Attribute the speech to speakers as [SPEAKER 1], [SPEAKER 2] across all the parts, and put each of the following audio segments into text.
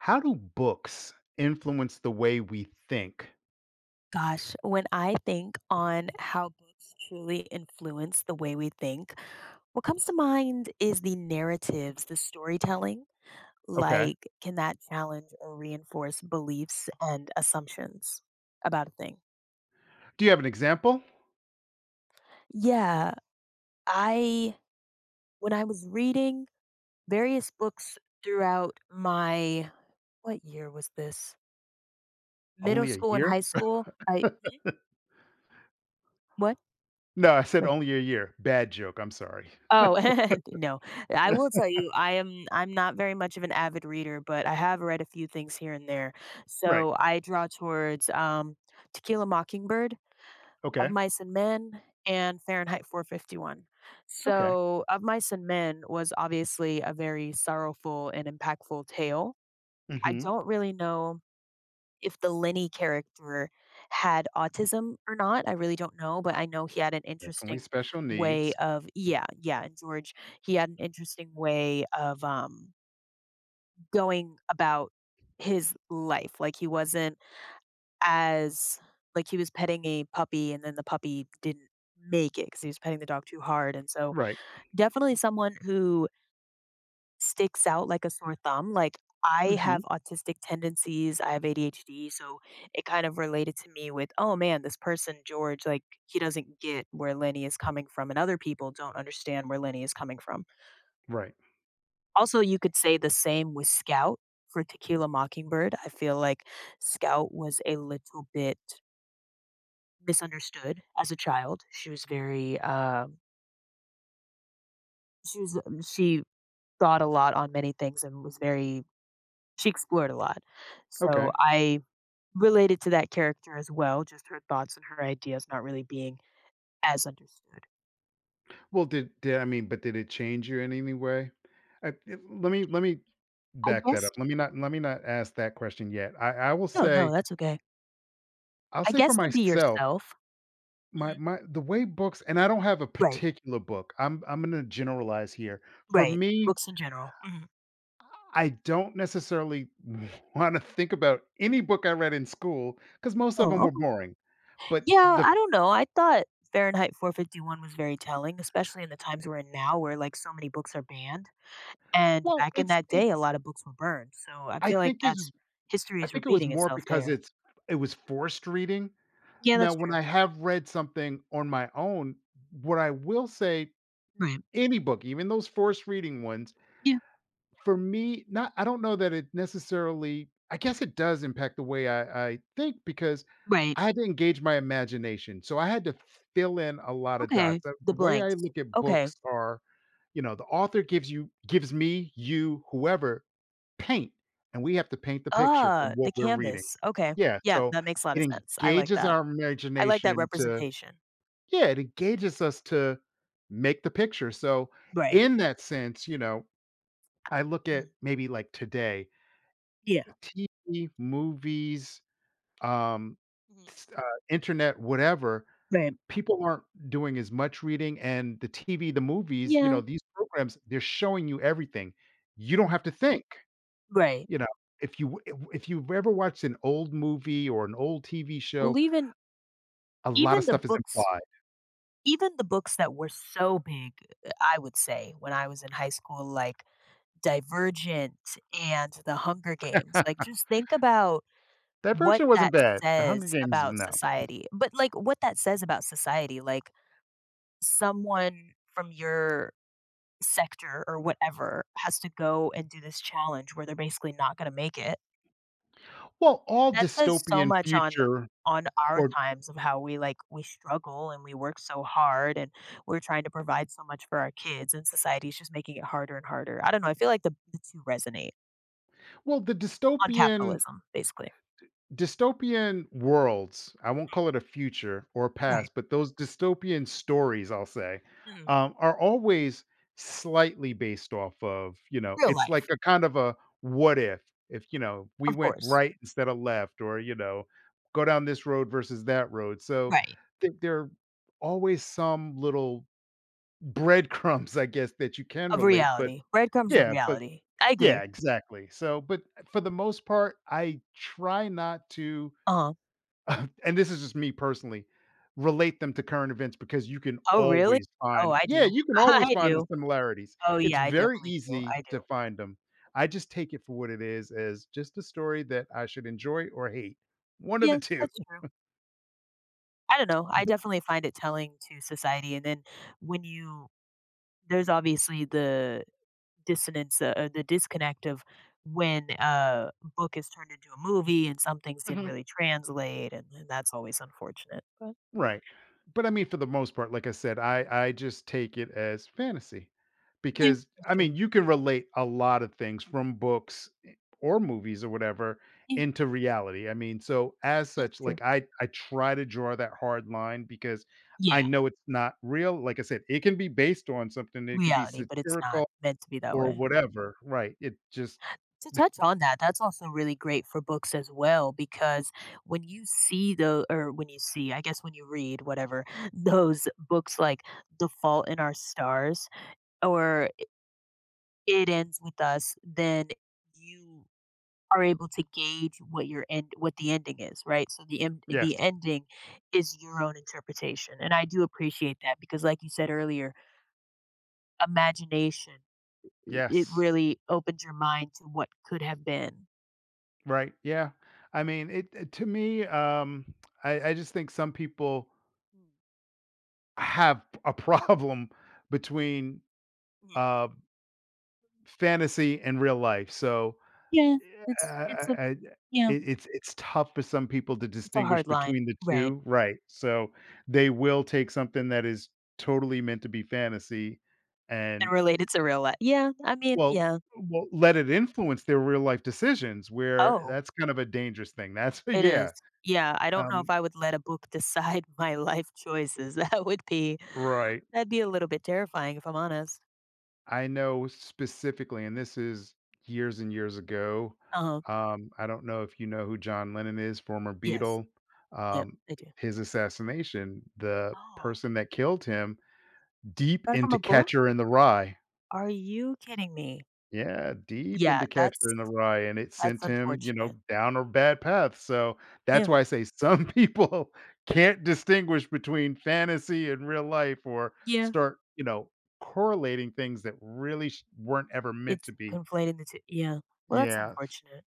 [SPEAKER 1] How do books influence the way we think?
[SPEAKER 2] Gosh, when I think on how books truly influence the way we think, what comes to mind is the narratives, the storytelling.
[SPEAKER 1] Okay.
[SPEAKER 2] Like, can that challenge or reinforce beliefs and assumptions about a thing?
[SPEAKER 1] Do you have an example?
[SPEAKER 2] Yeah, I, when I was reading various books throughout my, what year was this? Middle
[SPEAKER 1] Only a
[SPEAKER 2] school and
[SPEAKER 1] year?
[SPEAKER 2] high school. Mhm. What?
[SPEAKER 1] No, I said
[SPEAKER 2] Wait.
[SPEAKER 1] only a year. Bad joke. I'm sorry.
[SPEAKER 2] Oh, no. I will tell you, I'm not very much of an avid reader, but I have read a few things here and there.
[SPEAKER 1] Right.
[SPEAKER 2] So I draw towards To Kill a Mockingbird, Of
[SPEAKER 1] Okay.
[SPEAKER 2] Mice and Men, and Fahrenheit 451.
[SPEAKER 1] Okay.
[SPEAKER 2] So Of Mice and Men was obviously a very sorrowful and impactful tale. I
[SPEAKER 1] hmm
[SPEAKER 2] don't really know if the Lenny character had autism or not. I really don't know, but I know he had an
[SPEAKER 1] Definitely
[SPEAKER 2] interesting
[SPEAKER 1] special
[SPEAKER 2] way
[SPEAKER 1] needs.
[SPEAKER 2] of, yeah, yeah, and George, he had an interesting way of going about his life. Like he wasn't as, like he was petting a puppy and then the puppy didn't make it because he was petting the dog too hard. And so
[SPEAKER 1] Right.
[SPEAKER 2] definitely someone who sticks out like a sore thumb. Like I
[SPEAKER 1] hmm
[SPEAKER 2] have autistic tendencies, I have ADHD, so it kind of related to me with, oh man, this person George, like he doesn't get where Lenny is coming from, and other people don't understand where Lenny is coming from.
[SPEAKER 1] Right.
[SPEAKER 2] Also, you could say the same with Scout for Tequila Mockingbird. I feel like Scout was a little bit misunderstood as a child. She was very, she was, she thought a lot on many things and was very, she explored a lot. So
[SPEAKER 1] Okay.
[SPEAKER 2] I related to that character as well, just her thoughts and her ideas not really being as understood.
[SPEAKER 1] Well, did I mean? But did it change you in any way? Let me
[SPEAKER 2] I
[SPEAKER 1] back that up.
[SPEAKER 2] guess
[SPEAKER 1] Let me not ask that question yet. I will
[SPEAKER 2] no, no,
[SPEAKER 1] say
[SPEAKER 2] that's okay.
[SPEAKER 1] I'll
[SPEAKER 2] I
[SPEAKER 1] say for
[SPEAKER 2] guess to be
[SPEAKER 1] myself.
[SPEAKER 2] yourself.
[SPEAKER 1] My
[SPEAKER 2] Mhm.
[SPEAKER 1] my The way books, and I don't have a
[SPEAKER 2] Right,
[SPEAKER 1] particular book. I'm gonna generalize here. For
[SPEAKER 2] right.
[SPEAKER 1] me,
[SPEAKER 2] Books in general. Mhm.
[SPEAKER 1] I don't necessarily wanna think about any book I read in school because most of them
[SPEAKER 2] Oh,
[SPEAKER 1] were
[SPEAKER 2] okay.
[SPEAKER 1] boring. But
[SPEAKER 2] Yeah,
[SPEAKER 1] the
[SPEAKER 2] I don't know. I thought Fahrenheit 451 was very telling, especially in the times we're in now where like so many books are banned. And
[SPEAKER 1] well,
[SPEAKER 2] back in
[SPEAKER 1] it's
[SPEAKER 2] that
[SPEAKER 1] it
[SPEAKER 2] day, a lot of books were burned. So I
[SPEAKER 1] I
[SPEAKER 2] feel like
[SPEAKER 1] think is
[SPEAKER 2] that's history
[SPEAKER 1] I
[SPEAKER 2] is
[SPEAKER 1] think it was
[SPEAKER 2] repeating
[SPEAKER 1] more
[SPEAKER 2] itself
[SPEAKER 1] because
[SPEAKER 2] there.
[SPEAKER 1] it was forced reading.
[SPEAKER 2] Yeah,
[SPEAKER 1] Now
[SPEAKER 2] that's
[SPEAKER 1] when
[SPEAKER 2] true.
[SPEAKER 1] I have read something on my own, what I will say,
[SPEAKER 2] Right.
[SPEAKER 1] any book, even those forced reading ones,
[SPEAKER 2] Yeah.
[SPEAKER 1] for me, not I don't know that it necessarily, I guess it does impact the way I think, because
[SPEAKER 2] Right.
[SPEAKER 1] I had to engage my imagination, so I had to fill in a lot of
[SPEAKER 2] Okay.
[SPEAKER 1] dots.
[SPEAKER 2] The
[SPEAKER 1] The way I
[SPEAKER 2] blanks.
[SPEAKER 1] look at
[SPEAKER 2] Okay.
[SPEAKER 1] books are, you know, the author gives me, you, whoever, paint, and we have to paint the picture from
[SPEAKER 2] Ah,
[SPEAKER 1] what
[SPEAKER 2] the
[SPEAKER 1] we're reading.
[SPEAKER 2] canvas, okay.
[SPEAKER 1] Yeah,
[SPEAKER 2] Yeah,
[SPEAKER 1] so
[SPEAKER 2] that makes a lot
[SPEAKER 1] it
[SPEAKER 2] of sense, I like
[SPEAKER 1] engages
[SPEAKER 2] that.
[SPEAKER 1] our
[SPEAKER 2] I like that
[SPEAKER 1] imagination to
[SPEAKER 2] representation.
[SPEAKER 1] yeah, it engages us to make the picture. So
[SPEAKER 2] Right.
[SPEAKER 1] in that sense, you know, I look
[SPEAKER 2] Mhm.
[SPEAKER 1] at maybe, like, today
[SPEAKER 2] Yeah.
[SPEAKER 1] TV, movies, um,
[SPEAKER 2] Mhm.
[SPEAKER 1] s internet, whatever,
[SPEAKER 2] Right.
[SPEAKER 1] people aren't doing as much reading, and the TV, the movies, you know,
[SPEAKER 2] Yeah.
[SPEAKER 1] these programs, they're showing you everything. You don't
[SPEAKER 2] Mhm.
[SPEAKER 1] have to think,
[SPEAKER 2] Right.
[SPEAKER 1] you know, if you if you've ever watched an old movie or an old TV show,
[SPEAKER 2] Well,
[SPEAKER 1] a lot of
[SPEAKER 2] even the
[SPEAKER 1] stuff is
[SPEAKER 2] books
[SPEAKER 1] implied.
[SPEAKER 2] even the books that were so big, I would say, when I was in high school, like Divergent and The Hunger Games, like, just think about what
[SPEAKER 1] Divergent wasn't
[SPEAKER 2] that
[SPEAKER 1] bad. The Hunger Games, no.
[SPEAKER 2] what that says about society, like, someone from your sector or whatever has to go and do this challenge where they're basically not going to make it.
[SPEAKER 1] Well, all
[SPEAKER 2] That says so
[SPEAKER 1] dystopian
[SPEAKER 2] much on
[SPEAKER 1] future
[SPEAKER 2] on our
[SPEAKER 1] or
[SPEAKER 2] times of how we, like, we struggle and we work so hard and we're trying to provide so much for our kids and society's just making it harder and harder. I don't know. I feel like the two resonate
[SPEAKER 1] well, the
[SPEAKER 2] on
[SPEAKER 1] dystopian
[SPEAKER 2] capitalism basically.
[SPEAKER 1] dystopian worlds, I won't
[SPEAKER 2] Mhm.
[SPEAKER 1] call it a future or a
[SPEAKER 2] Right.
[SPEAKER 1] past, but those dystopian stories, I'll say
[SPEAKER 2] Mhm.
[SPEAKER 1] are always slightly based off of, you know,
[SPEAKER 2] Real
[SPEAKER 1] it's like
[SPEAKER 2] life,
[SPEAKER 1] a kind of a what if you know, we
[SPEAKER 2] of
[SPEAKER 1] went
[SPEAKER 2] course.
[SPEAKER 1] right instead of left, or, you know, go down this road versus that road. So
[SPEAKER 2] Right.
[SPEAKER 1] there are always some little breadcrumbs, I guess, that you can
[SPEAKER 2] Of
[SPEAKER 1] relate. But
[SPEAKER 2] reality. Breadcrumbs of
[SPEAKER 1] yeah but
[SPEAKER 2] reality. I agree.
[SPEAKER 1] yeah, exactly. So but for the most part, I try not to
[SPEAKER 2] Uh huh.
[SPEAKER 1] and this is just me personally, relate them to current events, because you can
[SPEAKER 2] Oh, really?
[SPEAKER 1] always
[SPEAKER 2] Oh,
[SPEAKER 1] find,
[SPEAKER 2] I
[SPEAKER 1] yeah,
[SPEAKER 2] do.
[SPEAKER 1] you can always
[SPEAKER 2] I
[SPEAKER 1] find the
[SPEAKER 2] do.
[SPEAKER 1] similarities.
[SPEAKER 2] Oh,
[SPEAKER 1] It's
[SPEAKER 2] yeah, I
[SPEAKER 1] very
[SPEAKER 2] definitely do.
[SPEAKER 1] easy
[SPEAKER 2] I
[SPEAKER 1] to
[SPEAKER 2] do.
[SPEAKER 1] find them. I just take it for what it is, as just a story that I should enjoy or hate. One of the
[SPEAKER 2] Yeah,
[SPEAKER 1] two.
[SPEAKER 2] that's true. I don't know. I definitely find it telling to society. And then when you, there's obviously the dissonance, the disconnect of when a book is turned into a movie and some things didn't really translate. And that's always unfortunate. But
[SPEAKER 1] Right. But I mean, for the most part, like I said,
[SPEAKER 2] mm,
[SPEAKER 1] I just take it as fantasy,
[SPEAKER 2] yeah,
[SPEAKER 1] because,
[SPEAKER 2] that's
[SPEAKER 1] I
[SPEAKER 2] true.
[SPEAKER 1] mean, you can relate a lot of things from books or movies or whatever
[SPEAKER 2] Yeah,
[SPEAKER 1] into reality. I mean, so as
[SPEAKER 2] that's
[SPEAKER 1] such,
[SPEAKER 2] true.
[SPEAKER 1] like I try to draw that hard line because I
[SPEAKER 2] Yeah,
[SPEAKER 1] know it's not real. Like I said, it can be based on something. It could be
[SPEAKER 2] reality, but it's not
[SPEAKER 1] satirical
[SPEAKER 2] meant to be that
[SPEAKER 1] or
[SPEAKER 2] way.
[SPEAKER 1] whatever. Right. It just
[SPEAKER 2] To touch on that, that's also really great for books as well because when you see, I guess when you read whatever, those books like The Fault in Our Stars or It Ends With Us, then you are able to gauge what the ending is, right? So the end
[SPEAKER 1] yes.
[SPEAKER 2] the ending is your own interpretation. And I do appreciate that because like you said earlier, imagination, it
[SPEAKER 1] Yes.
[SPEAKER 2] really opens your mind to what could have been.
[SPEAKER 1] Right. Yeah. I mean, to me, I just think some people,
[SPEAKER 2] Mm.
[SPEAKER 1] I have a problem between, uh, fantasy and real life. So,
[SPEAKER 2] Yeah, it's
[SPEAKER 1] yeah,
[SPEAKER 2] a,
[SPEAKER 1] I it
[SPEAKER 2] yeah,
[SPEAKER 1] it's tough for some people to
[SPEAKER 2] it's a
[SPEAKER 1] distinguish
[SPEAKER 2] hard line,
[SPEAKER 1] between the
[SPEAKER 2] right,
[SPEAKER 1] two. Right, so they will take something that is totally meant to be fantasy
[SPEAKER 2] and
[SPEAKER 1] and
[SPEAKER 2] related to real life, yeah, I mean,
[SPEAKER 1] well
[SPEAKER 2] yeah.
[SPEAKER 1] well, let it influence their real life decisions, where
[SPEAKER 2] Oh,
[SPEAKER 1] that's kind of a dangerous thing. That's
[SPEAKER 2] it
[SPEAKER 1] yeah.
[SPEAKER 2] is. Yeah, I don't know
[SPEAKER 1] um
[SPEAKER 2] if I would let a book decide my life choices, that would be
[SPEAKER 1] Right.
[SPEAKER 2] that'd be a little bit terrifying if I'm honest.
[SPEAKER 1] I know specifically, and this is years and years ago.
[SPEAKER 2] Um,
[SPEAKER 1] I don't know if you know who John Lennon is, former
[SPEAKER 2] Yes.
[SPEAKER 1] Beatle.
[SPEAKER 2] Yep,
[SPEAKER 1] Um,
[SPEAKER 2] I do.
[SPEAKER 1] his assassination, the
[SPEAKER 2] Oh,
[SPEAKER 1] person that killed him, deep
[SPEAKER 2] got it from
[SPEAKER 1] into
[SPEAKER 2] a book?
[SPEAKER 1] Catcher in the Rye.
[SPEAKER 2] Are you kidding me?
[SPEAKER 1] Yeah, deep
[SPEAKER 2] Yeah,
[SPEAKER 1] into Catcher
[SPEAKER 2] that's
[SPEAKER 1] in the Rye, and it
[SPEAKER 2] that's
[SPEAKER 1] sent him, you
[SPEAKER 2] unfortunate.
[SPEAKER 1] know, down a bad path. So that's
[SPEAKER 2] Yeah,
[SPEAKER 1] why I say some people can't distinguish between fantasy and real life, or
[SPEAKER 2] yeah,
[SPEAKER 1] start, you know, correlating things that really weren't ever meant
[SPEAKER 2] it's
[SPEAKER 1] to be.
[SPEAKER 2] conflating the 2, yeah, well, that's
[SPEAKER 1] Yeah.
[SPEAKER 2] unfortunate.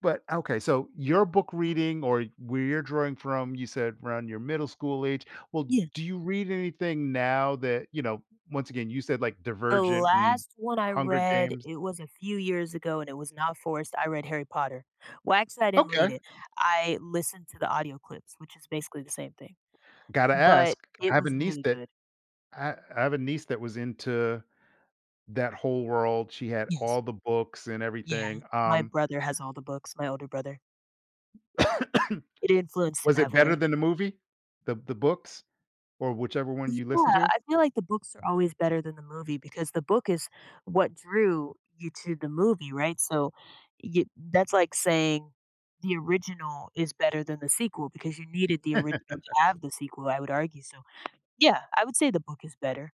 [SPEAKER 1] But okay, so your book
[SPEAKER 2] Mm,
[SPEAKER 1] reading, or where you're drawing from, you said around your middle school age. Well,
[SPEAKER 2] yeah.
[SPEAKER 1] do you read anything now that, you know, once again, you said, like,
[SPEAKER 2] The
[SPEAKER 1] Divergent and
[SPEAKER 2] last one I
[SPEAKER 1] Hunger
[SPEAKER 2] read,
[SPEAKER 1] Games?
[SPEAKER 2] it was a few years ago and it was not forced. I read Harry Potter. Well, actually, I didn't read
[SPEAKER 1] Okay.
[SPEAKER 2] it. I listened to the audio clips, which is basically the same thing,
[SPEAKER 1] Gotta
[SPEAKER 2] but
[SPEAKER 1] ask. I
[SPEAKER 2] it
[SPEAKER 1] have a
[SPEAKER 2] was
[SPEAKER 1] niece
[SPEAKER 2] really
[SPEAKER 1] that
[SPEAKER 2] good. Mhm.
[SPEAKER 1] I have a niece that was into that whole world. She had
[SPEAKER 2] Yes.
[SPEAKER 1] all the books and
[SPEAKER 2] Yeah.
[SPEAKER 1] everything.
[SPEAKER 2] My brother has all the books, my older brother. It influenced him
[SPEAKER 1] Was it better
[SPEAKER 2] heavily.
[SPEAKER 1] than the movie? The books or whichever one you
[SPEAKER 2] Yeah,
[SPEAKER 1] listen to?
[SPEAKER 2] I feel like the books are always better than the movie because the book is what drew you to the movie, right? So you, that's like saying the original is better than the sequel because you needed the original to have the sequel, I would argue. So yeah, I would say the book is better.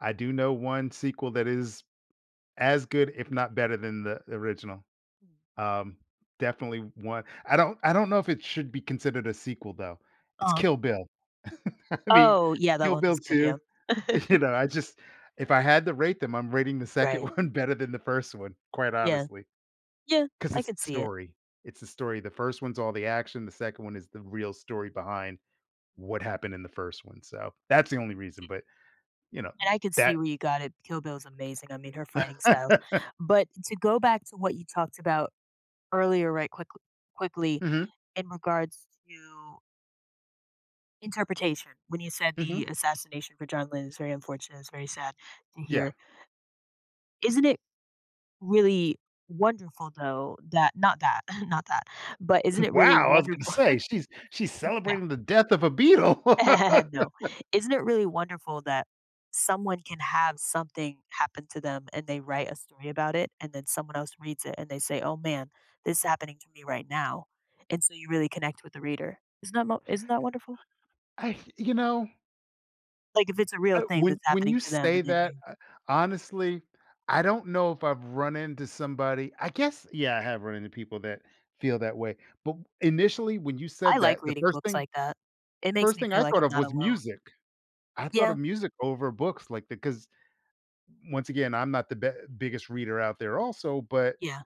[SPEAKER 1] I do know one sequel that is as good, if not better than, the original.
[SPEAKER 2] Mm.
[SPEAKER 1] Um, definitely one, I don't know if it should be considered a sequel, though. It's
[SPEAKER 2] Uh,
[SPEAKER 1] Kill Bill. I mean,
[SPEAKER 2] oh, yeah, that
[SPEAKER 1] Kill
[SPEAKER 2] one
[SPEAKER 1] Bill
[SPEAKER 2] is good.
[SPEAKER 1] 2,
[SPEAKER 2] Yeah.
[SPEAKER 1] you know, I just, if I had to rate them, I'm rating the second
[SPEAKER 2] Right.
[SPEAKER 1] one better than the first one, quite
[SPEAKER 2] Yeah.
[SPEAKER 1] honestly,
[SPEAKER 2] Yeah.
[SPEAKER 1] because
[SPEAKER 2] I
[SPEAKER 1] it's
[SPEAKER 2] could
[SPEAKER 1] the
[SPEAKER 2] see it.
[SPEAKER 1] story. It's the story. The first one's all the action, the second one is the real story behind what happened in the first one. So that's the only reason, but, you know,
[SPEAKER 2] And I could see
[SPEAKER 1] that.
[SPEAKER 2] where you got it. Kill Bill is amazing. I mean, her fighting styles. But to go back to what you talked about earlier, right, quickly
[SPEAKER 1] Mhm,
[SPEAKER 2] in regards to interpretation, when you said
[SPEAKER 1] mhm,
[SPEAKER 2] the assassination for John Lynn is very unfortunate, it's very sad to
[SPEAKER 1] yeah.
[SPEAKER 2] hear. Isn't it really wonderful though that not that, not that, but isn't it really
[SPEAKER 1] Wow, I was gonna
[SPEAKER 2] wonderful,
[SPEAKER 1] say, she's
[SPEAKER 2] no,
[SPEAKER 1] celebrating the death of a beetle.
[SPEAKER 2] no. Isn't it really wonderful that someone can have something happen to them and they write a story about it and then someone else reads it and they say, "Oh man, this is happening to me right now." And so you really connect with the reader. Isn't that mo isn't that wonderful?
[SPEAKER 1] I, you know,
[SPEAKER 2] Like, if it's a real
[SPEAKER 1] I,
[SPEAKER 2] thing that's
[SPEAKER 1] when
[SPEAKER 2] happening
[SPEAKER 1] you
[SPEAKER 2] to them
[SPEAKER 1] say
[SPEAKER 2] and then
[SPEAKER 1] that,
[SPEAKER 2] you
[SPEAKER 1] honestly, I don't know if I've run into somebody. I guess, yeah, I have run into people that feel that way, but initially, when you
[SPEAKER 2] I
[SPEAKER 1] said
[SPEAKER 2] like
[SPEAKER 1] that, the
[SPEAKER 2] reading books like that. It makes
[SPEAKER 1] first
[SPEAKER 2] me
[SPEAKER 1] thing
[SPEAKER 2] feel
[SPEAKER 1] I
[SPEAKER 2] like
[SPEAKER 1] thought
[SPEAKER 2] I'm
[SPEAKER 1] of
[SPEAKER 2] not
[SPEAKER 1] was
[SPEAKER 2] alone.
[SPEAKER 1] music. I thought of
[SPEAKER 2] Yeah,
[SPEAKER 1] music over books, like, because once again, I'm not the be biggest reader out there also. But
[SPEAKER 2] yeah.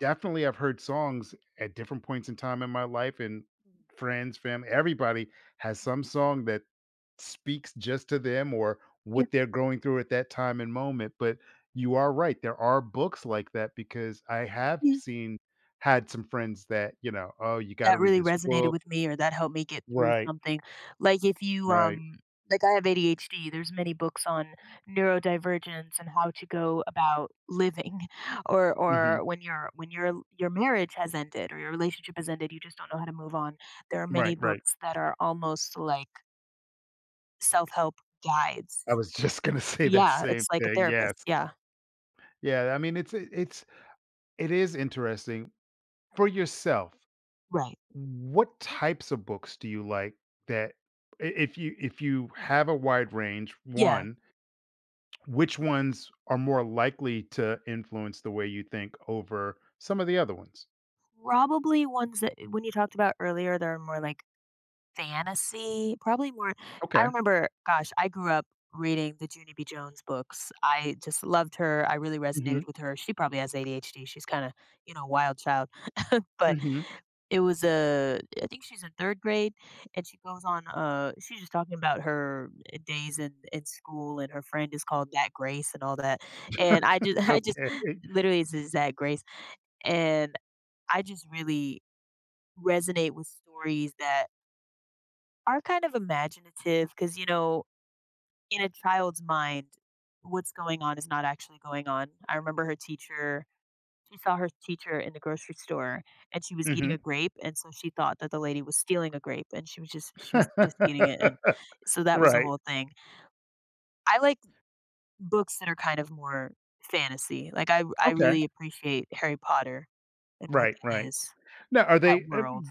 [SPEAKER 1] definitely, I've heard songs at different points in time in my life, and
[SPEAKER 2] Mhm.
[SPEAKER 1] friends, family, everybody has some song that speaks just to them, or
[SPEAKER 2] Yeah,
[SPEAKER 1] what they're going through at that time and moment. But you are right, there are books like that, because I have
[SPEAKER 2] yeah.
[SPEAKER 1] seen, had some friends that, you know, oh, you got to
[SPEAKER 2] That
[SPEAKER 1] read
[SPEAKER 2] really
[SPEAKER 1] this
[SPEAKER 2] resonated
[SPEAKER 1] book.
[SPEAKER 2] with me or that helped me get through
[SPEAKER 1] Right.
[SPEAKER 2] something. Like, if you,
[SPEAKER 1] Right.
[SPEAKER 2] like, I have ADHD, there's many books on neurodivergence and how to go about living, or
[SPEAKER 1] hmm
[SPEAKER 2] or when your marriage has ended or your relationship has ended, you just don't know how to move on. There are many
[SPEAKER 1] Right. Right.
[SPEAKER 2] books that are almost like self-help guides.
[SPEAKER 1] I was just going to say that
[SPEAKER 2] Yeah,
[SPEAKER 1] same
[SPEAKER 2] it's like a
[SPEAKER 1] thing.
[SPEAKER 2] therapist,
[SPEAKER 1] Yes.
[SPEAKER 2] yeah.
[SPEAKER 1] Yeah. I mean, it is interesting for
[SPEAKER 2] Mhm.
[SPEAKER 1] yourself.
[SPEAKER 2] Right.
[SPEAKER 1] What types of books do you like that, I if you have a wide range,
[SPEAKER 2] Yeah,
[SPEAKER 1] one, which ones are more likely to influence the way you think over some of the other ones?
[SPEAKER 2] probably ones that when you talked about earlier, they're more like fantasy, probably more. I
[SPEAKER 1] Okay.
[SPEAKER 2] remember, gosh, I grew up reading the Junie B. Jones books. I just loved her, I really resonated
[SPEAKER 1] Mhm.
[SPEAKER 2] with her. She probably has ADHD, she's kinda, you know, wild child. But
[SPEAKER 1] Mhm.
[SPEAKER 2] it was a I think she's in 3rd grade, and she goes on, she's just talking about her days in school, and her friend is called That Grace and all that, and I just I just
[SPEAKER 1] Okay.
[SPEAKER 2] literally it's just That Grace, and I just really resonate with stories that are kind of imaginative, because you know, in a child's mind, what's going on is not actually going on. I remember her teacher. She saw her teacher in the grocery store and she was eating
[SPEAKER 1] Mhm.
[SPEAKER 2] a grape, and so she thought that the lady was stealing a grape and she was just eating it, and so that was the
[SPEAKER 1] Right.
[SPEAKER 2] whole thing. I like books that are kind of more fantasy. Like, I
[SPEAKER 1] Okay.
[SPEAKER 2] really appreciate Harry Potter and what
[SPEAKER 1] Right,
[SPEAKER 2] that
[SPEAKER 1] right.
[SPEAKER 2] is,
[SPEAKER 1] Now, are
[SPEAKER 2] that
[SPEAKER 1] they,
[SPEAKER 2] world.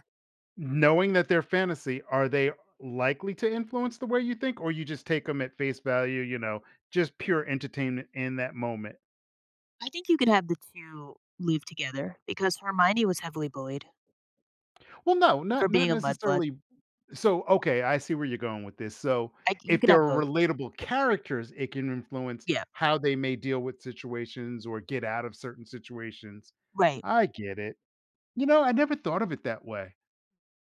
[SPEAKER 1] knowing that they're fantasy, are they likely to influence the way you think, or you just take them at face value, you know, just pure entertainment in that moment?
[SPEAKER 2] I think you could have the 2 live together because Hermione was heavily bullied
[SPEAKER 1] Well, no,
[SPEAKER 2] for
[SPEAKER 1] not
[SPEAKER 2] being a mudblood.
[SPEAKER 1] necessarily. So, okay, I see where you're going with this. So,
[SPEAKER 2] I You
[SPEAKER 1] if
[SPEAKER 2] could
[SPEAKER 1] there
[SPEAKER 2] have
[SPEAKER 1] are
[SPEAKER 2] both.
[SPEAKER 1] relatable characters, it can influence
[SPEAKER 2] Yeah,
[SPEAKER 1] how they may deal with situations or get out of certain situations.
[SPEAKER 2] right.
[SPEAKER 1] I get it. You know, I never thought of it that way.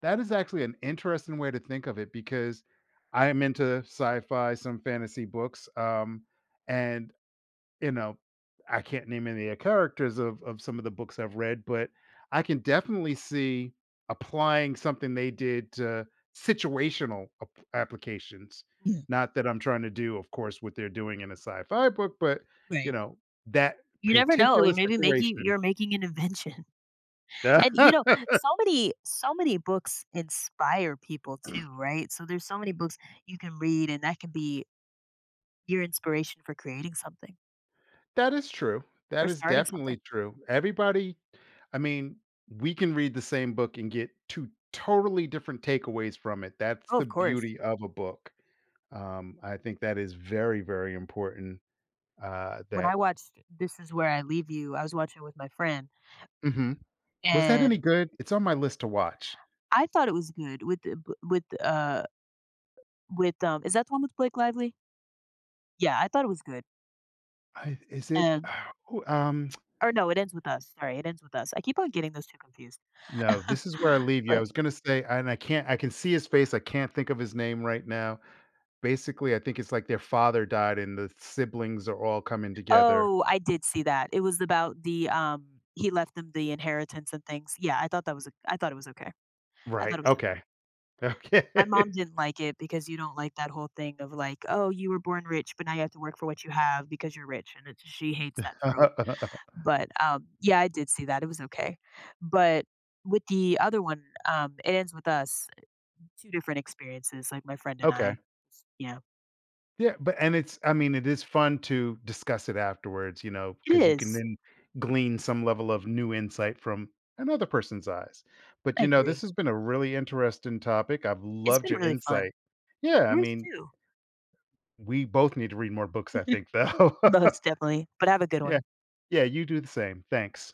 [SPEAKER 1] That is actually an interesting way to think of it, because I am into sci-fi, some fantasy books, and, you know, I can't name any of the characters of some of the books I've read, but I can definitely see applying something they did to situational applications.
[SPEAKER 2] Yeah,
[SPEAKER 1] Not that I'm trying to do, of course, what they're doing in a sci-fi book, but, you
[SPEAKER 2] right.
[SPEAKER 1] know, that
[SPEAKER 2] You never know,
[SPEAKER 1] particular situation.
[SPEAKER 2] you're making an invention.
[SPEAKER 1] That
[SPEAKER 2] And you know, so many books inspire people too, right? So there's so many books you can read and that can be your inspiration for creating something
[SPEAKER 1] is true. That
[SPEAKER 2] or
[SPEAKER 1] is
[SPEAKER 2] starting
[SPEAKER 1] definitely
[SPEAKER 2] something.
[SPEAKER 1] true. Everybody, I mean, we can read the same book and get two totally different takeaways from it. That's
[SPEAKER 2] Oh,
[SPEAKER 1] the
[SPEAKER 2] of course.
[SPEAKER 1] beauty of a book. I think that is very, very important,
[SPEAKER 2] When
[SPEAKER 1] that.
[SPEAKER 2] I watched This Is Where I Leave You, I was watching it with my friend
[SPEAKER 1] Mhm. Was that any
[SPEAKER 2] and
[SPEAKER 1] good? It's on my list to watch.
[SPEAKER 2] I thought it was good. With the b- with Is that the one with Blake Lively? Yeah, I thought it was good.
[SPEAKER 1] I Is it
[SPEAKER 2] And
[SPEAKER 1] oh,
[SPEAKER 2] Or no, it ends with us. Sorry, it ends with us. I keep on getting those two confused.
[SPEAKER 1] no, This Is Where I Leave You. I
[SPEAKER 2] But
[SPEAKER 1] was gonna say, and I can't, I can see his face, I can't think of his name right now. Basically, I think it's like their father died and the siblings are all coming together.
[SPEAKER 2] Oh, I did see that. It was about he left them the inheritance and things. Yeah, I thought that was o I thought it was okay. I thought
[SPEAKER 1] Right,
[SPEAKER 2] it was okay.
[SPEAKER 1] okay. Okay.
[SPEAKER 2] My mom didn't like it because you don't like that whole thing of like, "Oh, you were born rich, but now you have to work for what you have because you're rich," and it's she hates that trope. But, yeah, I did see that. It was okay. But with the other one, It Ends With Us, 2 different experiences, like, my friend and
[SPEAKER 1] Okay.
[SPEAKER 2] I. Yeah.
[SPEAKER 1] Yeah, but, and it's, I mean, it is fun to discuss it afterwards, you know,
[SPEAKER 2] It
[SPEAKER 1] because you can
[SPEAKER 2] is.
[SPEAKER 1] then glean some level of new insight from another person's eyes. But
[SPEAKER 2] I
[SPEAKER 1] you know, this
[SPEAKER 2] agree.
[SPEAKER 1] has been a really interesting topic. I've
[SPEAKER 2] It's
[SPEAKER 1] loved
[SPEAKER 2] been
[SPEAKER 1] your
[SPEAKER 2] really fun.
[SPEAKER 1] insight. Yeah, I
[SPEAKER 2] Yours
[SPEAKER 1] mean,
[SPEAKER 2] too.
[SPEAKER 1] we both need to read more books, I think, though.
[SPEAKER 2] Most definitely, but have a good
[SPEAKER 1] Yeah.
[SPEAKER 2] one.
[SPEAKER 1] Yeah, you do the same. Thanks.